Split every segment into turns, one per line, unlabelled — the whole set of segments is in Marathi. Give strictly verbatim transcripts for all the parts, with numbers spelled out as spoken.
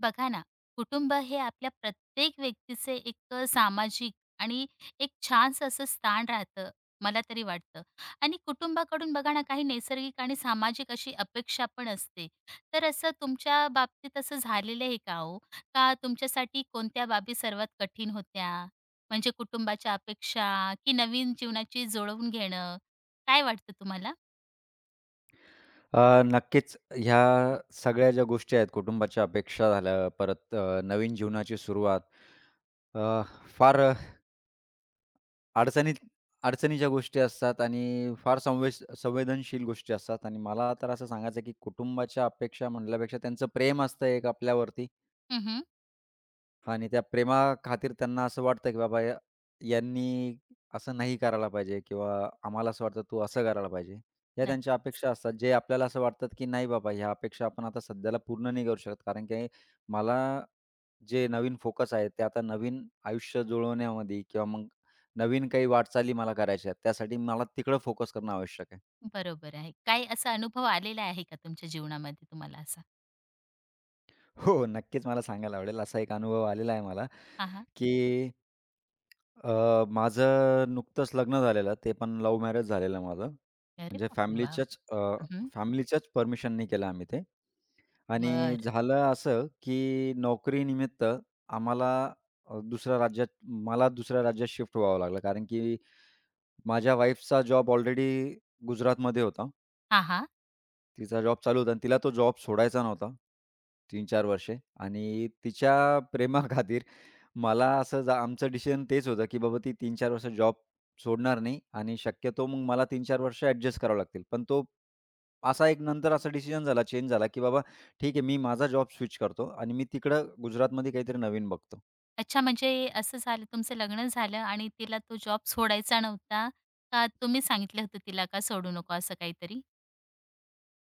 बघा ना, कुटुंब हे आपल्या प्रत्येक व्यक्तीचे एक अ, सामाजिक आणि एक छानसं असं स्थान राहतं, मला तरी वाटतं. आणि कुटुंबाकडून बघा ना, काही नैसर्गिक आणि सामाजिक अशी अपेक्षा पण असते. तर असं तुमच्या बाबतीत असं झालेलं आहे का हो? का तुमच्यासाठी कोणत्या बाबी सर्वात कठीण होत्या? म्हणजे कुटुंबाच्या अपेक्षा की नवीन जीवनाची जुळवून घेणं? काय वाटतं तुम्हाला?
अ, नक्कीच ह्या सगळ्या ज्या गोष्टी आहेत, कुटुंबाच्या अपेक्षा झाल्या, परत अ, नवीन जीवनाची सुरुवात अ, फार अ, अडचणीत अडचणीच्या गोष्टी असतात आणि फार संवेश संवेदनशील गोष्टी असतात आणि मला तर असं सांगायचं आहे की कुटुंबाच्या अपेक्षा म्हटल्यापेक्षा त्यांचं प्रेम असतं एक आपल्यावरती
हं,
आणि त्या प्रेमाखातीर त्यांना असं वाटतं, की बाबा या यांनी असं नाही करायला पाहिजे किंवा आम्हाला असं वाटतं तू असं करायला पाहिजे. या
नक्की.
त्यांच्या अपेक्षा असतात, जे आपल्याला असं वाटतात, की नाही बाबा ह्या अपेक्षा आपण आता सध्याला पूर्ण नाही करू शकत. कारण की मला जे नवीन फोकस आहे, ते आता नवीन आयुष्य जुळवण्यामध्ये किंवा मग नवीन काही वाटचाली मला करायच्या आहेत. त्यासाठी मला तिकडं फोकस करणं आवश्यक आहे.
बरोबर आहे. काय असा अनुभव आलेला आहे का तुमच्या जीवनामध्ये तुम्हाला असा?
हो, नक्कीच मला सांगायला आवडेल. असा एक अनुभव आलेला आहे मला,
हां, हां.
की अ, माझं नुकतंच लग्न झालेलं. ते पण लव्ह मॅरेज झालेलं माझं.
अरे
म्हणजे
बापरे! वॉव!
फॅमिलीच्याच अ,
हं, हं.
फॅमिलीच्याच परमिशननी केलं आम्ही ते. आणि
बरं.
झालं असं, की नोकरीनिमित्त आम्हाला अ, दुसऱ्या राज्यात मला दुसऱ्या राज्यात शिफ्ट व्हावं लागलं. कारण की माझ्या वाईफचा जॉब ऑलरेडी गुजरातमध्ये होता.
हां,
तिचा जॉब चालू होता आणि तिला तो जॉब सोडायचा नव्हता. तीन चार वर्षे आणि तिच्या प्रेमाखातीर मला असं जा आमचं डिसिजन तेच होतं, की बाबा ती तीन चार वर्ष जॉब सोडणार नाही आणि शक्यतो मग मला तीन चार वर्ष ॲडजस्ट करावं लागतील. पण तो असा एक नंतर असा डिसिजन झाला, चेंज झाला, की बाबा ठीक आहे, मी माझा जॉब स्विच करतो आणि मी तिकडं गुजरातमध्ये काहीतरी नवीन बघतो.
अच्छा म्हणजे असं झालं तुमचं लग्न झालं आणि तिला तो जॉब सोडायचा नव्हता का तुम्ही सांगितलं होतं तिला का सोडू नको असं काहीतरी?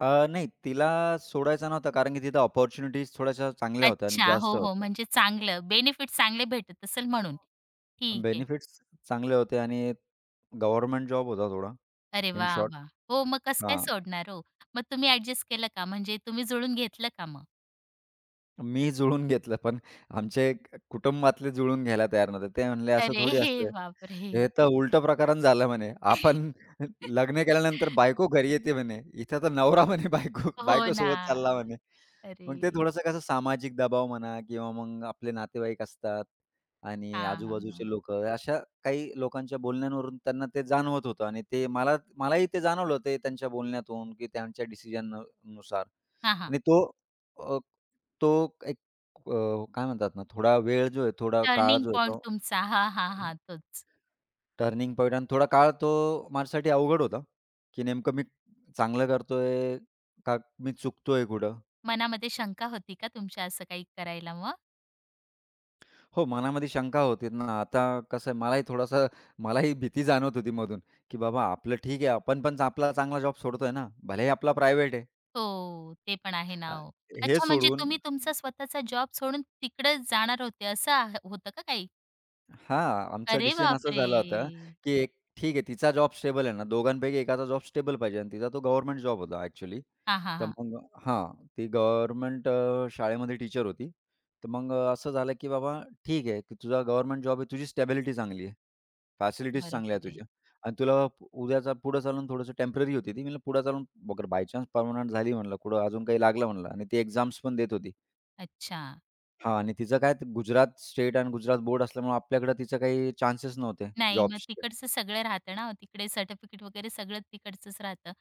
अ, नाही तिला सोडायचा नव्हता कारण की तिथं अपॉर्च्युनिटीज थोड्याशा चांगल्या होत्या आणि
अच्छा.
जास्त
हो, हो.
होत्या.
म्हणजे चांगलं बेनिफिट चांगले भेटत असेल म्हणून. ठीक आहे.
बेनिफिट्स चांगले होते आणि गव्हर्नमेंट जॉब होता थोडा,
अरे
इन
वाह!
शॉर्ट.
वाह! हो, मग कसं काय
हां.
सोडणार हो? मग तुम्ही ॲडजस्ट केलं का? म्हणजे तुम्ही जुळून घेतलं का मग?
मी जुळवून घेतलं, पण आमचे क कुटुंबातले जुळवून घ्यायला तयार नव्हते. ते म्हणले, "असं
अरे
थोडी
हे
असतं.
बापरे!
हे तर उलटं प्रकरण झालं" म्हणे. "आपण लग्न केल्यानंतर बायको घरी येते" म्हणे. "इथं तर नवरा" म्हणे "बायको
हो ना.
बायकोसोबत चालला" म्हणे. मग ते
अरे!
थोडंसं कसं सामाजिक दबाव म्हणा किंवा मग आपले नातेवाईक असतात आणि आजूबाजूचे
हां.
लोकं, अशा काही लोकांच्या बोलण्यावरून त्यांना ते जाणवत होतं आणि ते मला मलाही ते जाणवलं ते त्यांच्या बोलण्यातून की त्यांच्या डिसिजन नुसार
हां,
आणि तो तो एक अ, काय म्हणतात ना, थोडा वेळ जो आहे, थोडा काळ
टर्निंग
जो आहे
पॉइंट
तो
तुमचा. हां, हां, हां. तोच.
टर्निंग पॉइंट आणि थोडा काळ तो माझ्यासाठी अवघड होता, की नेमकं मी चांगलं करतोय का मी चुकतोय कुठं?
मनामध्ये शंका होती का तुमच्या असं काही करायला मग?
हो, मनामध्ये शंका होती ना. आता कसं आहे मलाही थोडासा मलाही भीती जाणवत होती मधून, की बाबा आपलं ठीक आहे, आपण पण आपला चांगला जॉब सोडतोय ना, भलेही आपला प्रायव्हेट आहे.
हो, ते पण आहे ना
अ,
हो.
हे
अच्छा म्हणजे
सोडून
तुम्ही तुमचा स्वतःचा जॉब सोडून तिकडे जाणार होते असं आ होतं का काही?
हां, आमचा
अरे
डिसिजन असा
बापरे!
झाला होता, की एक ठीक आहे तिचा जॉब स्टेबल आहे ना, दोघांपैकी एकाचा जॉब स्टेबल पाहिजे आणि तिचा तो गव्हर्नमेंट जॉब होता ॲक्चुअली.
हां, हां,
तर
हां.
मग हां, ती गव्हर्नमेंट अ, शाळेमध्ये टीचर होती. तर मग अ, असं झालं, की बाबा ठीक आहे, की तुझा गव्हर्नमेंट जॉब आहे, तुझी स्टॅबिलिटी चांगली आहे. फॅसिलिटीज
बरोबर
चांगल्या आहेत
आहे.
तुझ्या आणि तुला पु- उद्याचा पुढे चालून थोडंसं टेम्पररी होती ती. म्हणलं पुढे चालून बघ बाय चान्स परमनंट झाली म्हणलं, कुठं अजून काही लागलं म्हणलं आणि ती एक्झाम्स पण देत होती.
अच्छा.
हां आणि तिचं काय ते गुजरात स्टेट आणि गुजरात बोर्ड असल्यामुळे आपल्याकडे तिचं काही चान्सेस नव्हते
नाही, मग
जॉब्सचे.
तिकडचं सगळं राहतं ना, तिकडे सर्टिफिकेट वगैरे सगळं तिकडचंच राहतं.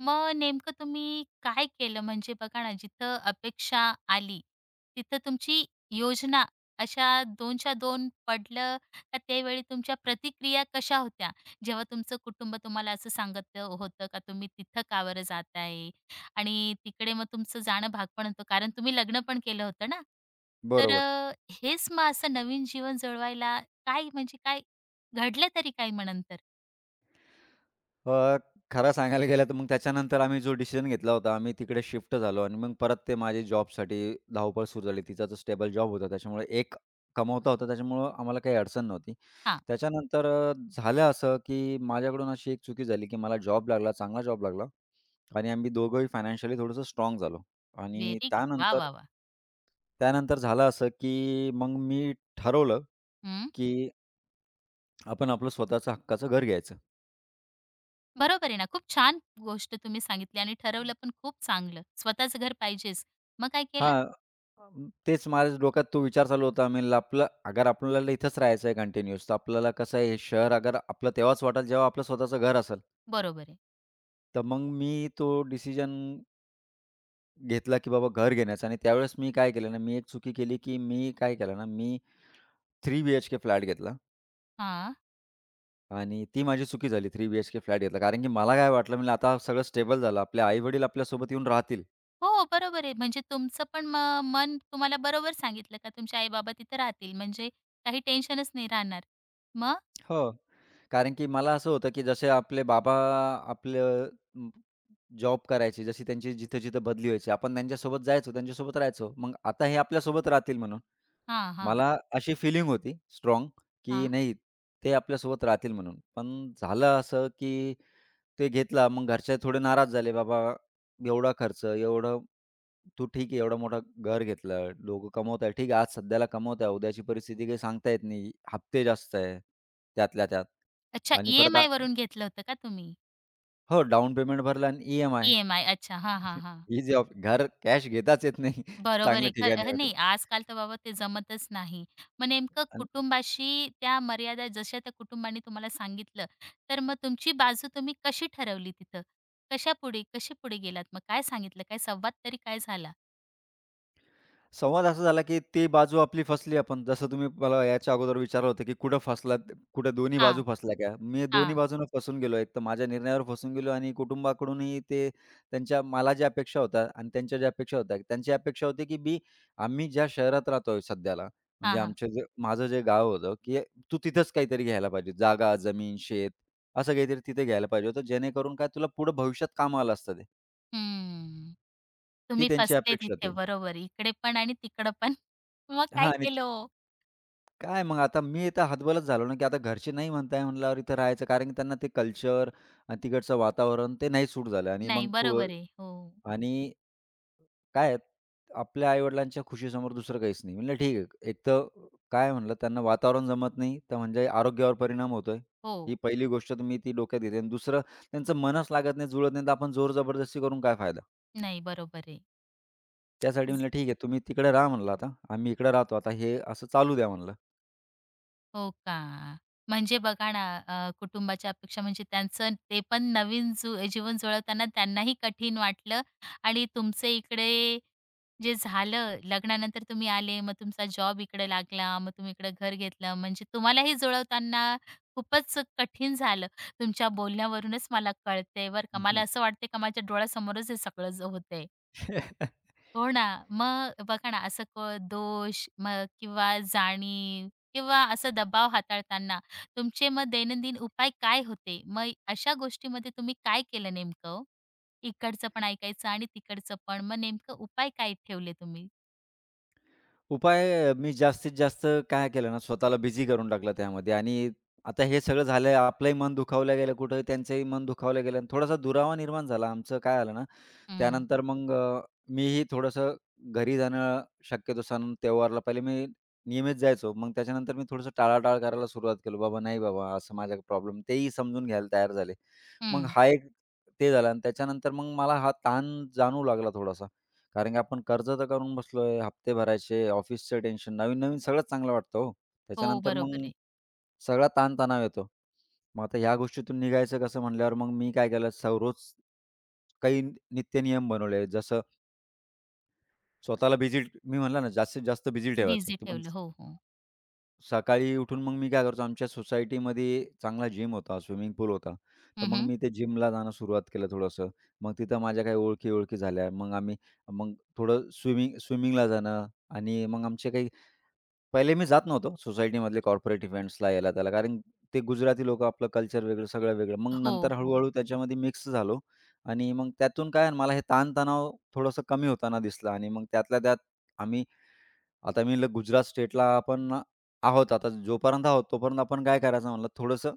मग नेमकं तुम्ही काय केलं? म्हणजे बघा ना, जिथं अपेक्षा आली, तिथं तुमची योजना अशा दोनच्या दोन पडलं का त्यावेळी तुमच्या प्रतिक्रिया कशा होत्या? जेव्हा तुमचं कुटुंब तुम्हाला असं सांगत होतं का तुम्ही तिथं का बरं जात आणि तिकडे मग तुमचं जाणं भाग पण होतं, कारण तुम्ही लग्न पण केलं होतं ना. तर
बरोबर.
अ, हेच मग असं नवीन जीवन जगवायला काय म्हणजे काय घडलं तरी काय मग नंतर?
अ, खरं सांगायला गेलं तर मग त्याच्यानंतर आम्ही जो डिसिजन घेतला होता, आम्ही तिकडे शिफ्ट झालो आणि मग परत ते माझी जॉबसाठी धावपळ सुरू झाली. तिचा जो स्टेबल जॉब होता त्याच्यामुळे एक कमवता होता त्याच्यामुळं आम्हाला काही अडचण नव्हती.
हां,
त्याच्यानंतर अ, झालं असं, की माझ्याकडून अशी एक चुकी झाली, की मला जॉब लागला, चांगला जॉब लागला आणि आम्ही दोघंही फायनान्शियली थोडंसं स्ट्राँग झालो आणि
व्हेरी गुड. वाह,
त्यानंतर
वाह, वाह!
त्यानंतर झालं असं, की मग मी ठरवलं,
हं,
की आपण आपलं स्वतःचं हक्काचं घर घ्यायचं.
बरोबर आहे ना. खूप छान गोष्ट तुम्ही सांगितली आणि ठरवलं पण खूप चांगलं. स्वतःचं घर पाहिजेच. मग काय केलं?
हां. अं, तेच माझ्या डोक्यात तो विचार चालू होता. मी ल- आपलं अगर आपल्याला इथंच राहायचं आहे कंटिन्यूअस, तर आपल्याला कसं आहे, हे शहर अगर आपलं तेव्हाच वाटेल, जेव्हा आपलं स्वतःचं घर असेल.
बरोबर आहे.
तर मग मी तो डिसिजन घेतला, की बाबा घर घेण्याचा आणि त्यावेळेस मी काय केलं ना, मी एक चुकी केली, की मी काय केलं ना, मी थ्री बी-एच-के फ्लॅट घेतला
हां.
आणि ती माझी चुकी झाली. थ्री बी-एच-के फ्लॅट घेतला. कारण की मला काय वाटलं, म्हणलं आता सगळं स्टेबल झालं. आपले आई-वडील आपल्यासोबत येऊन राहतील.
हो, बरोबर आहे. म्हणजे तुमचं पण म मन तुम्हाला बरोबर सांगितलं का तुमचे आई-बाबा तिथं राहतील म्हणजे काही टेन्शनच नाही राहणार. मग?
हो. कारण की मला असं होतं, की जसे आपले बाबा आपलं जॉब करायची, जशी त्यांची जिथं-जिथं बदली व्हायची. आपण त्यांच्यासोबत जायचो, त्यांच्यासोबत राहायचो. मग आता हे आपल्यासोबत राहतील म्हणून.
हां, हां,
मला अशी फिलिंग होती स्ट्राँग, की
हां.
नाही ते आपल्यासोबत राहतील म्हणून. पण झालं असं, की ते घेतला. मग घरचे थोडे नाराज झाले. "बाबा एवढा खर्च, एवढं तू ठीक आहे एवढं मोठं घर घेतलं, लोकं कमवत आहे. ठीक आहे, आज सध्याला कमवत आहे, उद्याची परिस्थिती काही सांगता येत नाही. हप्ते जास्त आहे त्यातल्या त्यात
अच्छा
आणि परत आ
ई एम आयवरून घेतलं होतं का तुम्ही?
हो, डाउन पेमेंट भरलं आणि ई-एम-आय."
ई-एम-आय अच्छा. हां, हां, हां.
ही जी ऑफ घर कॅश घेताच येत नाही
बरोबर आहे.
चांगल्या
खर
ठिकाणी
अ,
होते.
नाही आजकाल तर बाबा ते जमतच नाही. मग नेमकं कुटुंबाशी त्या मर्यादा जशा त्या कुटुंबाने तुम्हाला सांगितलं, तर मग तुमची बाजू तुम्ही कशी ठरवली तिथं? कशापुढे कसे पुढे गेलात? मग काय सांगितलं? काय संवाद तरी काय झाला?
संवाद असा झाला, की ती बाजू आपली फसली आपण. जसं तुम्ही मला याच्या अगोदर विचारलं होतं, की कुठं फसलात? कुठं दोन्ही
हां,
बाजू फसल्या का? मी दोन्ही
हां.
बाजूनं फसून गेलो. एक तर माझ्या निर्णयावर फसून गेलो आणि कुटुंबाकडूनही ते त्यांच्या मला ज्या अपेक्षा होत्या आणि त्यांच्या ज्या अपेक्षा होत्या. त्यांची अपेक्षा होती, की मी आम्ही ज्या शहरात राहतोय सध्याला, म्हणजे
हां, हां.
आमचं जे माझं जे गाव होतं, की तू तिथंच काहीतरी घ्यायला पाहिजे. जागा, जमीन, शेत असं काहीतरी तिथे घ्यायला पाहिजे होतं. जेणेकरून काय तुला पुढं भविष्यात कामाला असतं ते.
हम्म.
ती
तुम्ही
त्यांची
फसले
अपेक्षा
तिथे.
होती.
बरोबर. इकडे पण आणि तिकडं पण. मग काय
हां आणि
केलं ओ?
काय मग आता मी इथं हतबलच झालो ना, की आता घरचे नाही म्हणताय म्हणल्यावर इथं राहायचं. कारण की त्यांना ते कल्चर आणि तिकडचं वातावरण ते नाही सूट झालं आणि
नाही
मग कु
बरोबर आहे. हो.
आणि काय आहे, आपल्या आई-वडिलांच्या खुशीसमोर दुसरं काहीच नाही. म्हणलं ठीक आहे. एक तर काय म्हणलं त्यांना वातावरण जमत नाही, तर म्हणजे आरोग्यावर परिणाम होतोय.
हो.
ही पहिली गोष्ट तर मी ती डोक्यात घेते आणि दुसरं त्यांचं मनच लागत नाही, जुळत नाही, तर आपण जोर जबरदस्ती करून काय फायदा?
नाही बरोबर आहे.
त्यासाठी म्हणलं ठीक आहे तुम्ही तिकडे राहा म्हणलं आता. आम्ही इकडे राहतो. आता हे असं चालू द्या म्हणलं.
हो का? म्हणजे बघा ना, अ, कुटुंबाच्या अपेक्षा म्हणजे त्यांचं ते पण नवीन जु जीवन जुळवताना त्यांनाही कठीण वाटलं आणि तुमचे इकडे जे झालं, लग्नानंतर तुम्ही आले, मग तुमचा जॉब इकडे लागला, मग तुम्ही इकडे घर घेतलं, म्हणजे तुम्हालाही जुळवताना खूपच कठीण झालं. तुमच्या बोलण्यावरूनच मला कळतंय बरं का. मला असं वाटतंय का माझ्या डोळ्यासमोरच हे सगळं ज होतंय. हो ना. मग बघा ना, असं क दोष मग किंवा जाणीव किंवा असा दबाव हाताळताना तुमचे मग दैनंदिन उपाय काय होते? मग अशा गोष्टीमध्ये तुम्ही काय केलं नेमकं ओ? इकडचं पण ऐकायचं आणि तिकडचं पण. मग नेमकं उपाय काय ठेवले तुम्ही?
उपाय अ, मी जास्तीत जास्त काय केलं ना, स्वतःला बिझी करून टाकलं त्यामध्ये आणि आता हे सगळं झालं आपलंही मन दुखावलं गेलं कुठं, त्यांचंही मन दुखावलं गेलं आणि थोडासा दुरावा निर्माण झाला. आमचं काय झालं ना,
हं,
त्यानंतर मग अ, मीही थोडंसं घरी जाणं शक्यतो सण त्योहारला पहिले मी नियमित जायचो. मग त्याच्यानंतर मी थोडंसं टाळाटाळ करायला सुरुवात केली. बाबा नाही बाबा असं माझा प्रॉब्लेम तेही समजून घ्यायला तयार झाले. मग
हं.
हा एक ते झालं आणि त्याच्यानंतर मग मला हा ताण जाणवू लागला थोडासा. कारण की आपण कर्ज तर करून बसलोय, हप्ते भरायचे, ऑफिसचं टेन्शन, नवीन-नवीन सगळंच चांगलं वाटतं हो.
हो,
त्याच्यानंतर मग
बरोबर आहे.
सगळा ताणतणाव येतो. मग आता ह्या गोष्टीतून निघायचं कसं म्हटल्यावर मग मी काय केलं, स रोज काही नित्य नियम बनवले. जसं स्वतःला बिझी मी म्हटलं ना, जास्तीत जास्त बिझी ठेवायचं.
बिझी
तर मग
ठेवलं. हो, हो.
सकाळी उठून मग मी काय करायचो, आमच्या सोसायटीमध्ये चांगला जिम होता, स्विमिंग पूल होता. तर मग
हं,
मी ते जिमला जाणं सुरुवात केलं थोडंसं. मग तिथं माझ्या काही ओळखी-ओळखी झाल्या. मग आम्ही मग थोडं स्विमिंग स्विमिंगला जाणं आणि मग आमचे काही पहिले मी जात नव्हतो सोसायटीमधले कॉर्पोरेट इव्हेंट्सला, याला त्याला. कारण ते गुजराती लोकं, आपलं कल्चर वेगळं, सगळं वेगळं. मग
हो,
नंतर
हो.
हळू त्याच्यामध्ये मिक्स झालो आणि मग त्यातून काय मला हे ताण थोडंसं कमी होताना दिसला आणि मग त्यातल्या त्यात आम्ही आता मी ल गुजरात स्टेटला आपण आहोत. आता जोपर्यंत आहोत, तोपर्यंत आपण काय करायचं म्हणलं थोडंसं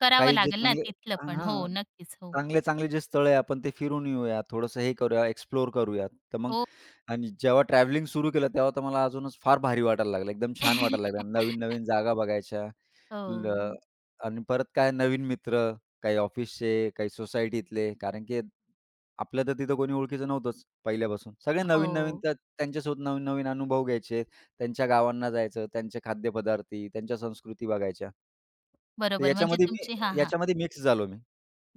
करावं
काही जे
लागेल ना
चांगले
तिथलं पण.
हां,
हो, नक्कीच. हो.
चांगले-चांगले जे स्थळ आहे आपण ते फिरून येऊया, थोडंसं हे करूया, एक्सप्लोर करूया. तर मग
हो.
आणि जेव्हा ट्रॅव्हलिंग सुरू केलं, तेव्हा तर मला अजूनच फार भारी वाटायला लागलं. एकदम छान वाटायला लागलं. नवीन-नवीन जागा बघायच्या ल
हो.
आणि परत काय नवीन मित्र, काही ऑफिसचे, काही सोसायटीतले. कारण की आपल्या तर तिथं कोणी ओळखीचं नव्हतंच पहिल्यापासून. सगळे नवीन-नवीन
हो.
त्या त्यांच्यासोबत नवीन-नवीन अनुभव घ्यायचे. त्यांच्या गावांना जायचं, त्यांचे खाद्यपदार्थी, त्यांच्या संस्कृती बघायच्या. तर
बरोबर. म्हणजे
याच्यामध्ये
तुमची हां,
मी
हां.
याच्यामध्ये मिक्स झालो मी.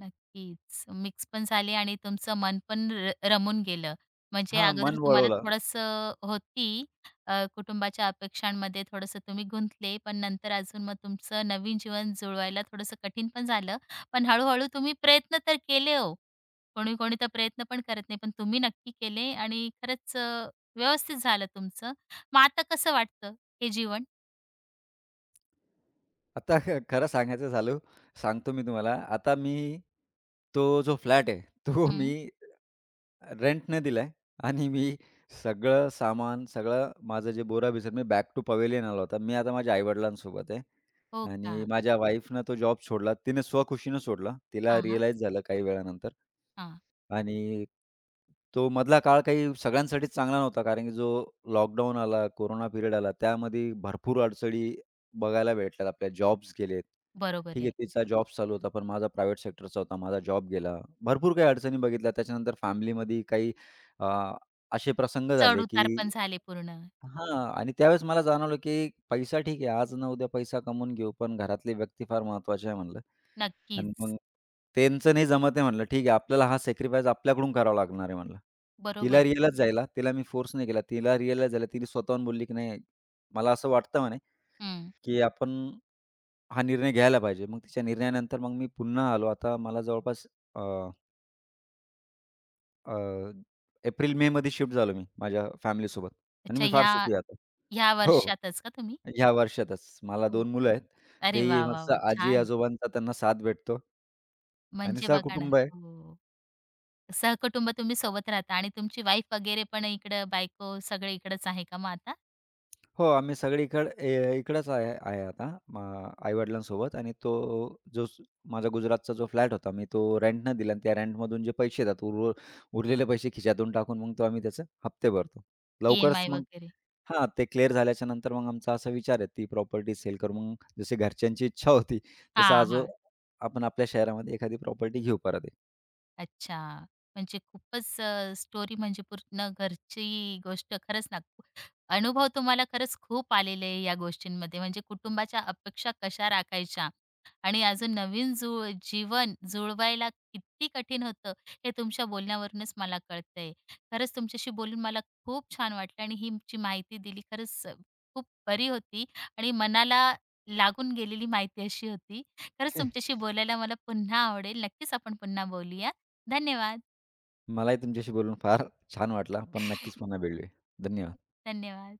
नक्कीच. मिक्स पण झाले आणि तुमचं मन पण र रमून गेलं. म्हणजे
हां,
अगोदर
मन
तुम्हाला
वळवलं.
थोडंसं होती अ, कुटुंबाच्या अपेक्षांमध्ये थोड़स तुम्ही गुंतले, पण नंतर अजून मग तुमचं नवीन जीवन जुळवायला थोडंसं कठीण पण झालं. पण हळू तुम्ही प्रयत्न तर केले हो. कोणी-कोणी तर प्रयत्न पण करत नाही, पण तुम्ही नक्की केले आणि खरंच अ, व्यवस्थित झालं तुमचं. मग आता कसं वाटतं हे जीवन?
आता ख- खरं सांगायचं झालं सांगतो मी तुम्हाला. आता मी तो जो फ्लॅट आहे, तो मी
हं.
रेंटने दिलाय आणि मी सगळं सामान, सगळं माझं जे बोरा-बिसर मी बॅक टू पवेलियन आला होता. मी आता माझ्या आई-वडिलांसोबत आहे
हो का?
आणि माझ्या वाईफनं तो जॉब सोडला. तिने स्वखुशीनं सोडला. तिला
हां, हां.
रिअलाईज झालं काही वेळानंतर.
हां.
आणि तो मधला काळ काही सगळ्यांसाठीच चांगला नव्हता, कारण की जो लॉकडाऊन आला, कोरोना पिरियड आला, त्यामध्ये भरपूर अडचणी बघायला भेटल्यात. आपल्या जॉब्स गेलेत.
बरोबर
ठीक आहे,
आहे.
तिचा जॉब चालू होता, पण माझा प्रायव्हेट सेक्टरचा होता. माझा जॉब गेला. भरपूर काही अडचणी बघितल्या. त्याच्यानंतर फॅमिलीमध्ये काही अ, असे प्रसंग झाले, की
चढ-उतार पण झाले पूर्ण.
हां आणि त्यावेळेस मला जाणवलं, की पैसा ठीक आहे, आज ना उद्या पैसा कमवून घेऊ, पण घरातली व्यक्ती फार महत्त्वाची आहे म्हणलं. आणि
नक्कीच.
मग त्यांचं नाही जमत आहे म्हणलं, ठीक आहे आपल्याला हा सॅक्रिफाईस आपल्याकडून करावा लागणार आहे म्हणलं. तिला
बरोबर.
रिअलाईज झाला, तिला मी फोर्स नाही केला. तिला रिअलाईज झालं, तिने स्वतःहून बोलली की "नाही, मला असं वाटतं" म्हणे,
हं.
"की आपण हा निर्णय घ्यायला पाहिजे." मग तिच्या निर्णयानंतर मग मी पुन्हा आलो. आता मला जवळपास अ, अ, एप्रिल-मेमध्ये शिफ्ट झालो मी माझ्या फॅमिलीसोबत आणि
अच्छा
मी फार
ह्या
सुखी आहे आता.
ह्या
हो,
वर्षातच का तुम्ही?
ह्या वर्षातच. मला
हो
दोन मुलं
का?
आहेत.
अरे
तेही
वाह! वाह!
मस्त
वाह! छान.
आजी-आजोबांचा त्यांना साथ भेटतो आणि
म्हणजे बघा ना
सहकुटुंब आहे.
हो. सहकुटुंब तुम्ही सोबत राहता आणि तुमची वाईफ वगैरे पण इकडं बायको सगळे इकडंच आहे का मग आता?
हो, आम्ही सगळीकडे ए इकडंच आहे आहे आता मग आई-वडिलांसोबत आणि तो जो स- माझा गुजरातचा जो फ्लॅट होता, मी तो रेंटनं दिला आणि त्या रेंटमधून जे पैसे येतात उर्व उरलेले पैसे खिशातून टाकून मग तो आम्ही त्याचे हप्ते भरतो. लवकरच
ई-एम-आय
मग
वगैरे?
हां, ते क्लिअर झाल्याच्या नंतर मग आमचा असा विचार आहे ती प्रॉपर्टी सेल करू. मग जशी घरच्यांची इच्छा होती, तसं
हां,
आज
हां.
आपण आपल्या शहरामध्ये एखादी प्रॉपर्टी घेऊ परत एक.
अच्छा. म्हणजे खूपच स्टोरी म्हणजे पूर्ण घरची गोष्ट खरंच ना, खू- अनुभव तुम्हाला खरंच खूप आलेले आहे या गोष्टींमध्ये. म्हणजे कुटुंबाच्या अपेक्षा कशा राखायच्या आणि अजून नवीन जुळ जीवन जुळवायला किती कठीण होतं, हे तुमच्या बोलण्यावरूनच मला कळतंय. खरंच तुमच्याशी बोलून मला खूप छान वाटलं आणि ही जी माहिती दिली खरंच अ, खूप बरी होती आणि मनाला लागून गेलेली माहिती अशी होती. खरंच तुमच्याशी बोलायला मला पुन्हा आवडेल. नक्कीच आपण पुन्हा बोलूया. धन्यवाद.
मलाही तुमच्याशी बोलून फार छान वाटलं. आपण नक्कीच पुन्हा भेटूया. धन्यवाद.
धन्यवाद.